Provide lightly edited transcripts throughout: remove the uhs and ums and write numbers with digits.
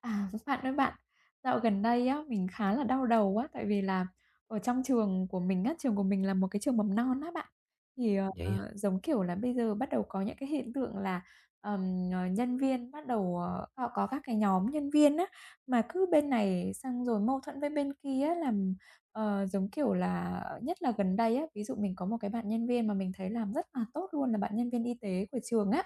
À, bạn ơi bạn, dạo gần đây á, mình khá là đau đầu á, tại vì là ở trong trường của mình á, trường của mình là một cái trường mầm non á bạn. Vậy hả? Giống kiểu là, bây giờ bắt đầu có những cái hiện tượng là, nhân viên bắt đầu, họ có các cái nhóm nhân viên á, mà cứ bên này xong rồi mâu thuẫn với bên kia á, làm, giống kiểu là, nhất là gần đây á, ví dụ mình có một cái bạn nhân viên mà mình thấy làm rất là tốt luôn là bạn nhân viên y tế của trường á,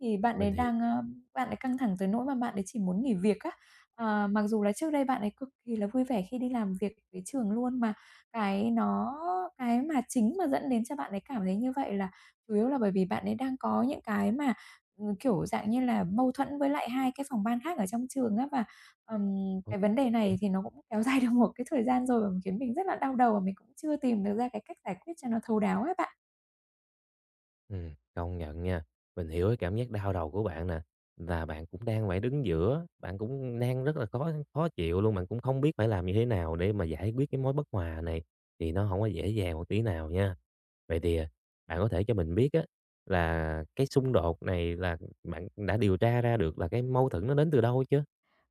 thì bạn ấy Mình hiểu. đang, bạn ấy căng thẳng tới nỗi mà bạn ấy chỉ muốn nghỉ việc á. Mặc dù là trước đây bạn ấy cực kỳ là vui vẻ khi đi làm việc với trường luôn, mà cái nó cái mà chính mà dẫn đến cho bạn ấy cảm thấy như vậy là chủ yếu là bởi vì bạn ấy đang có những cái mà, kiểu, dạng như là, mâu thuẫn với lại 2 cái phòng ban khác ở trong trường á. Và, ừm, Ồ, cái vấn đề vậy này thì hả? nó cũng kéo dài được một cái thời gian rồi và khiến mình rất là đau đầu và mình cũng chưa tìm được ra cái cách giải quyết cho nó thấu đáo ấy bạn. Công nhận nha. Mình hiểu cái cảm giác đau đầu của bạn nè, và bạn cũng đang phải đứng giữa, bạn cũng đang rất là khó khó chịu luôn, bạn cũng không biết phải làm như thế nào để mà giải quyết cái mối bất hòa này, thì nó không có dễ dàng một tí nào nha. Vậy thì, bạn có thể cho mình biết á, là cái xung đột này là bạn đã điều tra ra được là cái mâu thuẫn nó đến từ đâu chưa?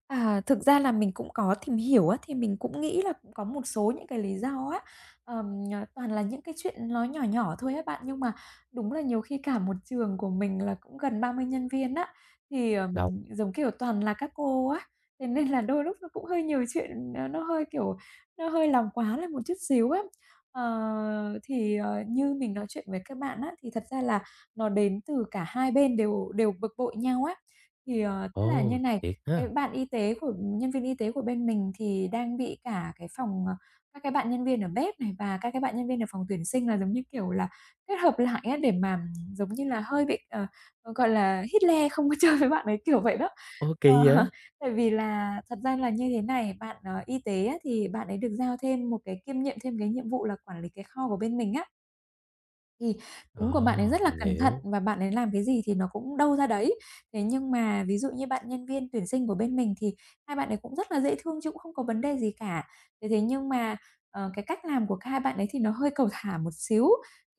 À, thực ra là mình cũng có tìm hiểu á, thì mình cũng nghĩ là cũng có một số những cái lý do á, ờm, toàn là những cái chuyện ló nhỏ nhỏ thôi á bạn. Nhưng mà đúng là nhiều khi cả một trường của mình là cũng gần 30 nhân viên á, thì, Đồng giống kiểu, toàn là các cô á, thế nên là đôi lúc nó cũng hơi nhiều chuyện nó hơi, kiểu, nó hơi làm quá lên một chút xíu á. Như mình nói chuyện với các bạn á, thì thật ra là nó đến từ cả hai bên đều đều bực bội nhau á. Thì, tức là như ồ, này, thiệt cái ha? bạn y tế của nhân viên y tế của bên mình thì đang bị cả cái phòng, các cái bạn nhân viên ở bếp này và các cái bạn nhân viên ở phòng tuyển sinh là, giống như kiểu là, kết hợp lại á, để mà, giống như là, hơi bị, gọi là, Hitler không có chơi với bạn ấy, kiểu vậy đó. Ô, Ờ, kỳ vậy? tại vì là thật ra là như thế này, bạn, y tế á, thì bạn ấy được giao thêm một cái kiêm nhiệm thêm cái nhiệm vụ là quản lý cái kho của bên mình á. Thì tính của bạn ấy rất Ờ, là mình cẩn thận hiểu. và bạn ấy làm cái gì thì nó cũng đâu ra đấy. Thế nhưng mà ví dụ như bạn nhân viên tuyển sinh của bên mình thì hai bạn ấy cũng rất là dễ thương chứ cũng không có vấn đề gì cả. Thế thế nhưng mà, cái cách làm của cả hai bạn ấy thì nó hơi cầu thả một xíu,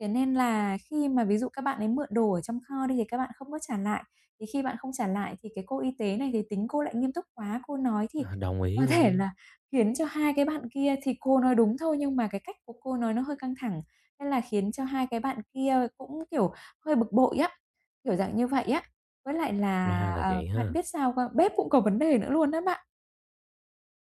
thế nên là khi mà ví dụ các bạn ấy mượn đồ ở trong kho đi thì các bạn không có trả lại, thì khi bạn không trả lại thì cái cô y tế này thì tính cô lại nghiêm túc quá, cô nói thì À, đồng ý có thể luôn. là khiến cho hai cái bạn kia thì cô nói đúng thôi nhưng mà cái cách của cô nói nó hơi căng thẳng nên là khiến cho hai cái bạn kia cũng, kiểu, hơi bực bội á, kiểu dạng như vậy á. Với lại là, Ra là vậy bạn ha. biết sao không? Bếp cũng có vấn đề nữa luôn á bạn.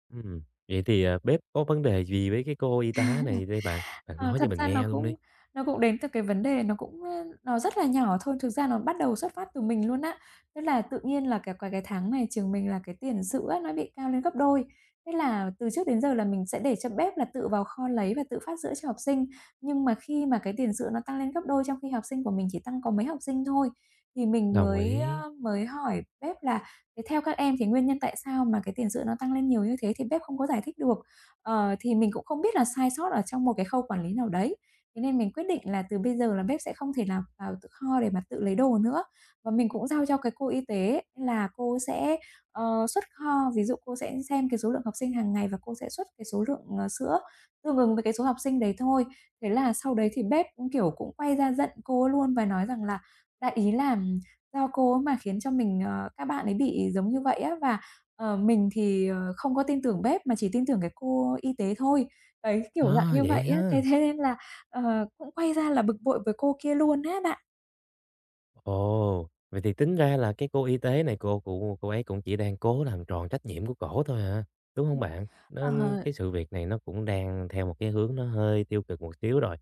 Ừm, vậy thì, bếp có vấn đề gì với cái cô y tá này đây bạn? Bạn Ờ, nói Thật cho mình ra nó nghe luôn cũng đi. nó cũng đến từ cái vấn đề nó cũng, nó rất là nhỏ thôi, thực ra nó bắt đầu xuất phát từ mình luôn á. Tức là tự nhiên là cái tháng này trường mình là cái tiền sữa nó bị cao lên gấp đôi, thế là từ trước đến giờ là mình sẽ để cho bếp là tự vào kho lấy và tự phát sữa cho học sinh. Nhưng mà khi mà cái tiền sữa nó tăng lên gấp đôi trong khi học sinh của mình chỉ tăng có mấy học sinh thôi, thì mình Đồng mới, ý. Mới hỏi bếp là "Thế theo các em thì nguyên nhân tại sao mà cái tiền sữa nó tăng lên nhiều như thế?" Thì bếp không có giải thích được. Thì mình cũng không biết là sai sót ở trong một cái khâu quản lý nào đấy, thế nên mình quyết định là từ bây giờ là bếp sẽ không thể nào vào tự kho để mà tự lấy đồ nữa. Và mình cũng giao cho cái cô y tế là cô sẽ, xuất kho, ví dụ cô sẽ xem cái số lượng học sinh hàng ngày và cô sẽ xuất cái số lượng, sữa tương ứng với cái số học sinh đấy thôi. Thế là sau đấy thì bếp, cũng kiểu, cũng quay ra giận cô luôn và nói rằng là đại ý là do cô mà khiến cho mình các bạn ấy bị giống như vậy á, và mình thì, không có tin tưởng bếp mà chỉ tin tưởng cái cô y tế thôi. Đấy, kiểu dạng Ờ, như vậy vậy á, thế ha? thế nên là, cũng quay ra là bực bội với cô kia luôn á bạn. Ồ, vậy thì tính ra là cái cô y tế này cô ấy cũng chỉ đang cố làm tròn trách nhiệm của cổ thôi hả, đúng không bạn? Nên Ờ, cái sự việc này nó cũng đang theo một cái hướng nó hơi tiêu cực một xíu rồi.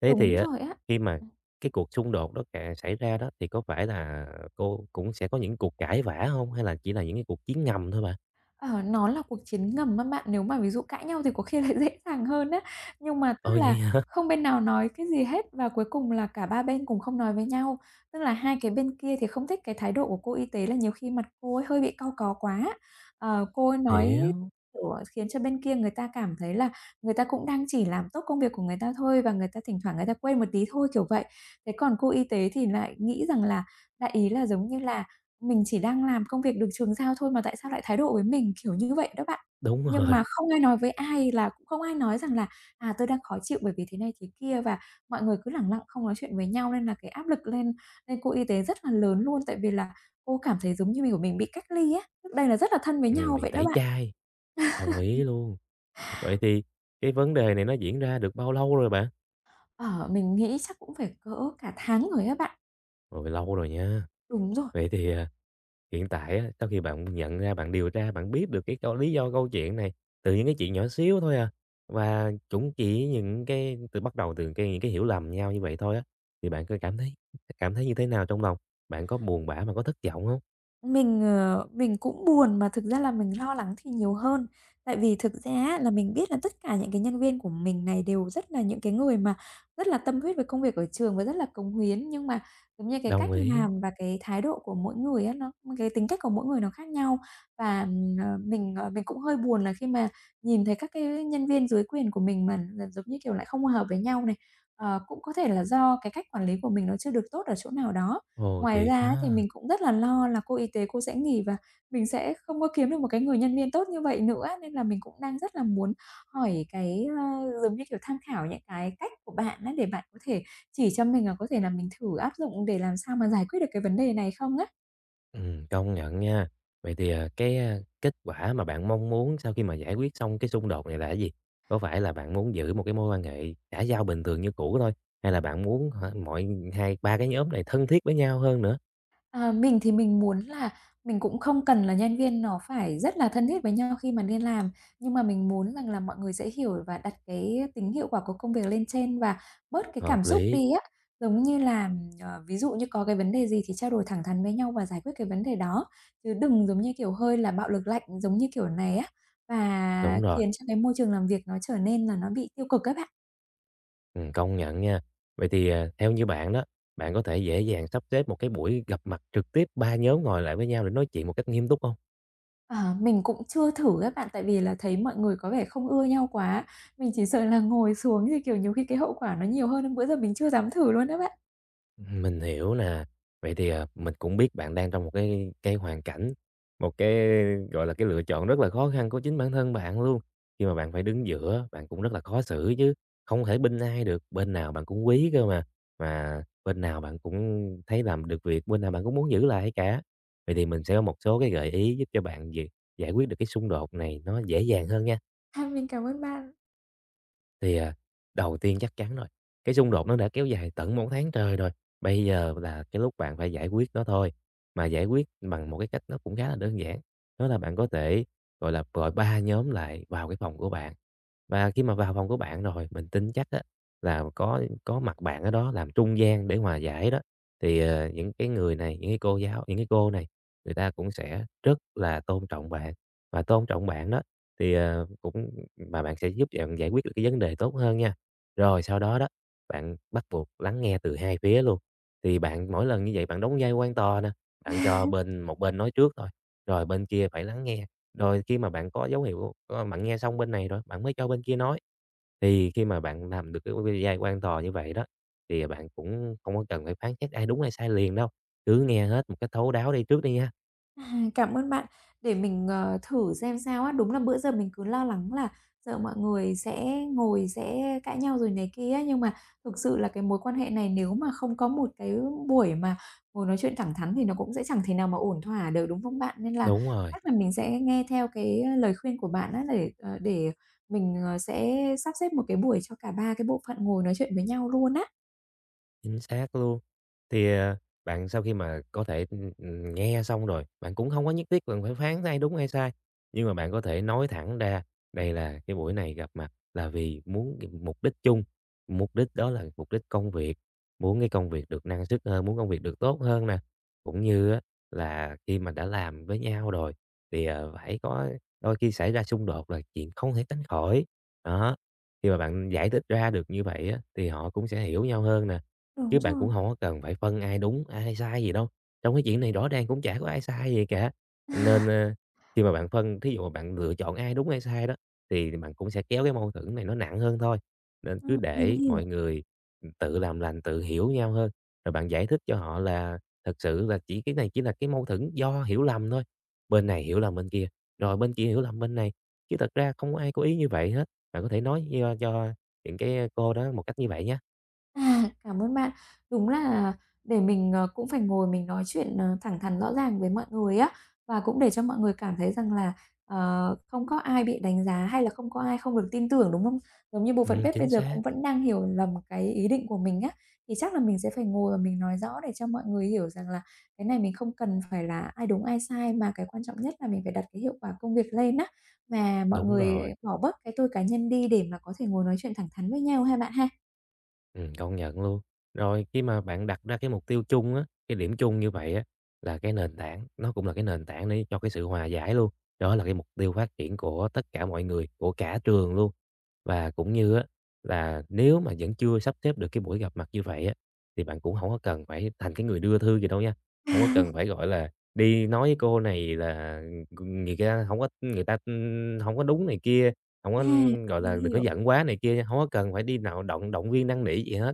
Thế Đúng thì á, rồi á. khi mà cái cuộc xung đột đó cà xảy ra đó, thì có phải là cô cũng sẽ có những cuộc cãi vã không? Hay là chỉ là những cái cuộc chiến ngầm thôi bạn? Ờ, nó là cuộc chiến ngầm á bạn. Nếu mà ví dụ cãi nhau thì có khi lại dễ dàng hơn á, nhưng mà Ờ, tức vậy là hả? không bên nào nói cái gì hết và cuối cùng là cả ba bên cùng không nói với nhau. Tức là hai cái bên kia thì không thích cái thái độ của cô y tế là nhiều khi mặt cô ấy hơi bị cau có quá. Cô ấy nói, Hiểu, kiểu, khiến cho bên kia người ta cảm thấy là người ta cũng đang chỉ làm tốt công việc của người ta thôi và người ta thỉnh thoảng người ta quên một tí thôi, kiểu vậy. Thế còn cô y tế thì lại nghĩ rằng là đại ý là giống như là mình chỉ đang làm công việc được trường giao thôi mà tại sao lại thái độ với mình kiểu như vậy đó bạn. đúng Nhưng rồi. mà không ai nói với ai là cũng không ai nói rằng là "À, tôi đang khó chịu bởi vì thế này thế kia" và mọi người cứ lẳng lặng không nói chuyện với nhau nên là cái áp lực lên lên cô y tế rất là lớn luôn. Tại vì là cô cảm thấy giống như mình của mình bị cách ly á, trước đây là rất là thân với nhau Bị vậy đó tẩy bạn. chay. Đồng ý luôn. Vậy thì cái vấn đề này nó diễn ra được bao lâu rồi bạn? Ờ, mình nghĩ chắc cũng phải cỡ cả tháng rồi á bạn. Rồi, lâu rồi nha. Đúng rồi. Vậy thì, hiện tại á, sau khi bạn nhận ra, bạn điều tra, bạn biết được cái câu lý do câu chuyện này từ những cái chuyện nhỏ xíu thôi à, và cũng chỉ những cái từ bắt đầu từ cái những cái hiểu lầm nhau như vậy thôi á, thì bạn có cảm thấy như thế nào trong lòng? Bạn có buồn bã, mà có thất vọng không? Mình, mình cũng buồn mà thực ra là mình lo lắng thì nhiều hơn. Tại vì thực ra á là mình biết là tất cả những cái nhân viên của mình này đều rất là những cái người mà rất là tâm huyết với công việc ở trường và rất là cống hiến, nhưng mà, giống như, cái cách Đồng ý. làm và cái thái độ của mỗi người á, nó cái tính cách của mỗi người nó khác nhau. Và, mình, mình cũng hơi buồn là khi mà nhìn thấy các cái nhân viên dưới quyền của mình mà là giống như, kiểu, lại không hòa hợp với nhau này. Cũng có thể là do cái cách quản lý của mình nó chưa được tốt ở chỗ nào đó. Ồ, Ngoài thiệt ra ấy, thì ha. mình cũng rất là lo là cô y tế cô sẽ nghỉ và mình sẽ không có kiếm được một cái người nhân viên tốt như vậy nữa, nên là mình cũng đang rất là muốn hỏi cái, giống như kiểu, tham khảo những cái cách của bạn á, để bạn có thể chỉ cho mình, à, có thể là mình thử áp dụng để làm sao mà giải quyết được cái vấn đề này không á? Công nhận nha. Vậy thì, à, kết quả mà bạn mong muốn sau khi mà giải quyết xong cái xung đột này là cái gì? Có phải là bạn muốn giữ một cái mối quan hệ xã giao bình thường như cũ thôi, hay là bạn muốn hả, mọi hai ba cái nhóm này thân thiết với nhau hơn nữa? À, mình thì mình muốn là mình cũng không cần là nhân viên nó phải rất là thân thiết với nhau khi mà nên làm, nhưng mà mình muốn rằng là mọi người sẽ hiểu và đặt cái tính hiệu quả của công việc lên trên và bớt cái cảm Hợp xúc lý, đi á. Giống như là, ví dụ như có cái vấn đề gì thì trao đổi thẳng thắn với nhau và giải quyết cái vấn đề đó, chứ đừng giống như, kiểu, hơi là bạo lực lạnh giống như kiểu này á, và đúng rồi, khiến cho cái môi trường làm việc nó trở nên là nó bị tiêu cực các bạn. Công nhận nha. Vậy thì, theo như bạn đó, bạn có thể dễ dàng sắp xếp một cái buổi gặp mặt trực tiếp, ba nhóm ngồi lại với nhau để nói chuyện một cách nghiêm túc không? Ờ, mình cũng chưa thử các bạn, tại vì là thấy mọi người có vẻ không ưa nhau quá. Mình chỉ sợ là ngồi xuống thì, kiểu, nhiều khi cái hậu quả nó nhiều hơn nên bữa giờ mình chưa dám thử luôn á bạn. Mình hiểu nè. Vậy thì, mình cũng biết bạn đang trong một cái hoàn cảnh, một cái, gọi là, cái lựa chọn rất là khó khăn của chính bản thân bạn luôn. Khi mà bạn phải đứng giữa, bạn cũng rất là khó xử chứ, không thể bênh ai được, bên nào bạn cũng quý cơ mà bên nào bạn cũng thấy làm được việc, bên nào bạn cũng muốn giữ lại cả. Vậy thì mình sẽ có một số cái gợi ý giúp cho bạn về giải quyết được cái xung đột này nó dễ dàng hơn nha. À, mình cảm ơn bạn. Thì, đầu tiên chắc chắn rồi, cái xung đột nó đã kéo dài tận một tháng trời rồi, bây giờ là cái lúc bạn phải giải quyết nó thôi. Mà giải quyết bằng một cái cách nó cũng khá là đơn giản, đó là bạn có thể, gọi là, gọi 3 nhóm lại vào cái phòng của bạn. Và khi mà vào phòng của bạn rồi, mình tin chắc á là có mặt bạn ở đó làm trung gian để hòa giải đó, thì, những cái người này, những cái cô giáo những cái cô này, người ta cũng sẽ rất là tôn trọng bạn, và tôn trọng bạn đó thì, cũng mà bạn sẽ giúp bạn giải quyết được cái vấn đề tốt hơn nha. Rồi sau đó đó, bạn bắt buộc lắng nghe từ hai phía luôn, thì bạn mỗi lần như vậy bạn đóng vai quan tòa nè, bạn cho bên một bên nói trước thôi, rồi bên kia phải lắng nghe, rồi khi mà bạn có dấu hiệu, bạn nghe xong bên này rồi, bạn mới cho bên kia nói. Thì khi mà bạn làm được cái vai quan tòa như vậy đó, thì bạn cũng không có cần phải phán xét ai đúng ai sai liền đâu, cứ nghe hết một cái thấu đáo đi trước đi nha. À, cảm ơn bạn. Để mình, thử xem sao á. Đúng là bữa giờ mình cứ lo lắng là sợ mọi người sẽ ngồi sẽ cãi nhau rồi này kia nhưng mà thực sự là cái mối quan hệ này nếu mà không có một cái buổi mà ngồi nói chuyện thẳng thắn thì nó cũng sẽ chẳng thể nào mà ổn thỏa được, đúng không bạn? Nên là Đúng rồi. chắc là mình sẽ nghe theo cái lời khuyên của bạn á, để mình sẽ sắp xếp một cái buổi cho cả 3 cái bộ phận ngồi nói chuyện với nhau luôn á. Chính xác luôn. Thì, bạn sau khi mà có thể, nghe xong rồi, bạn cũng không có nhất thiết cần phải phán ai đúng ai sai, nhưng mà bạn có thể nói thẳng ra đây là cái buổi này gặp mặt là vì muốn mục đích chung, mục đích đó là mục đích công việc, muốn cái công việc được năng suất hơn, muốn công việc được tốt hơn nè. Cũng như á là khi mà đã làm với nhau rồi thì, phải có đôi khi xảy ra xung đột là chuyện không thể tránh khỏi. Đó, khi mà bạn giải thích ra được như vậy á thì họ cũng sẽ hiểu nhau hơn nè. Đúng Chứ bạn rồi, cũng không có cần phải phân ai đúng, ai sai gì đâu. Trong cái chuyện này rõ ràng cũng chả có ai sai gì cả. Nên, khi mà bạn phân thí dụ mà bạn lựa chọn ai đúng ai sai đó, thì bạn cũng sẽ kéo cái mâu thuẫn này nó nặng hơn thôi. Nên cứ mình để hiểu. mọi người, ừ, tự làm lành, tự hiểu nhau hơn, rồi bạn giải thích cho họ là thật sự là chỉ cái này chỉ là cái mâu thuẫn do hiểu lầm thôi. Bên này hiểu lầm bên kia, rồi bên kia hiểu lầm bên này, chứ thật ra không có ai có ý như vậy hết. Bạn có thể nói do cho những cái cô đó một cách như vậy nhé. À, cảm ơn bạn. Đúng là để mình, cũng phải ngồi mình nói chuyện, thẳng thắn rõ ràng với mọi người á, và cũng để cho mọi người cảm thấy rằng là, không có ai bị đánh giá hay là không có ai không được tin tưởng, đúng không? Giống như bộ phận bếp bây Chính giờ xác. cũng vẫn đang hiểu lầm cái ý định của mình á, thì chắc là mình sẽ phải ngồi và mình nói rõ để cho mọi người hiểu rằng là cái này mình không cần phải là ai đúng ai sai, mà cái quan trọng nhất là mình phải đặt cái hiệu quả công việc lên á, và mọi Đúng người rồi, bỏ bớt cái tôi cá nhân đi để mà có thể ngồi nói chuyện thẳng thắn với nhau ha bạn ha. Công nhận luôn. Rồi khi mà bạn đặt ra cái mục tiêu chung á, cái điểm chung như vậy á, là cái nền tảng, nó cũng là cái nền tảng để cho cái sự hòa giải luôn. Đó là cái mục tiêu phát triển của tất cả mọi người, của cả trường luôn. Và cũng như á, là nếu mà vẫn chưa sắp xếp được cái buổi gặp mặt như vậy á, thì bạn cũng không có cần phải thành cái người đưa thư gì đâu nha. Không có cần phải, gọi là, đi nói với cô này là người ta không có người ta, hổng có đúng này kia, không À, có, gọi mình là, đừng có hiểu, giận quá này kia, không có cần phải đi nào động động viên năn nỉ gì hết.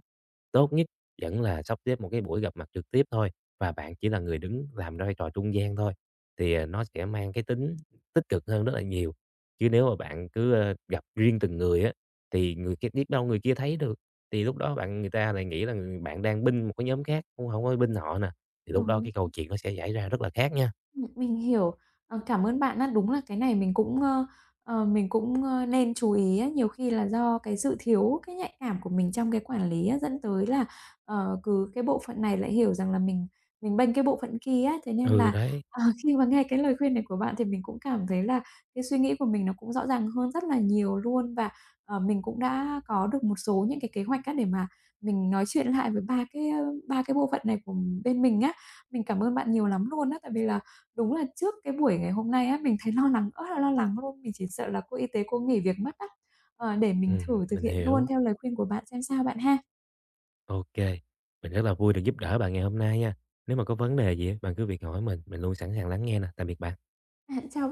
Tốt nhất vẫn là sắp xếp một cái buổi gặp mặt trực tiếp thôi, và bạn chỉ là người đứng làm vai trò trung gian thôi, thì, nó sẽ mang cái tính tích cực hơn rất là nhiều. Chứ nếu mà bạn cứ, gặp riêng từng người á, thì người kia biết đâu người kia thấy được, thì lúc đó bạn người ta lại nghĩ là bạn đang binh một cái nhóm khác, không hổng có binh họ nè, thì lúc đó đúng. cái câu chuyện nó sẽ xảy ra rất là khác nha. Mình hiểu. Ờ, cảm ơn bạn á. Đúng là cái này mình cũng nên chú ý á. Nhiều khi là do cái sự thiếu cái nhạy cảm của mình trong cái quản lý á, dẫn tới là, cứ cái bộ phận này lại hiểu rằng là mình bênh cái bộ phận kia á. Thế nên Ừ, là, đấy, ờ, khi mà nghe cái lời khuyên này của bạn thì mình cũng cảm thấy là cái suy nghĩ của mình nó cũng rõ ràng hơn rất là nhiều luôn. Và, mình cũng đã có được một số những cái kế hoạch á, để mà mình nói chuyện lại với ba cái bộ phận này của bên mình á. Mình cảm ơn bạn nhiều lắm luôn á, tại vì là đúng là trước cái buổi ngày hôm nay á, mình thấy lo lắng ớt là lo lắng luôn, mình chỉ sợ là cô y tế cô nghỉ việc mất á. Ờ, để mình thử thực mình hiện luôn hiểu. theo lời khuyên của bạn xem sao bạn ha. OK, mình rất là vui được giúp đỡ bạn ngày hôm nay nha. Nếu mà có vấn đề gì á, bạn cứ việc hỏi mình luôn sẵn sàng lắng nghe nè. Tạm biệt bạn. Bạn, chào bạn.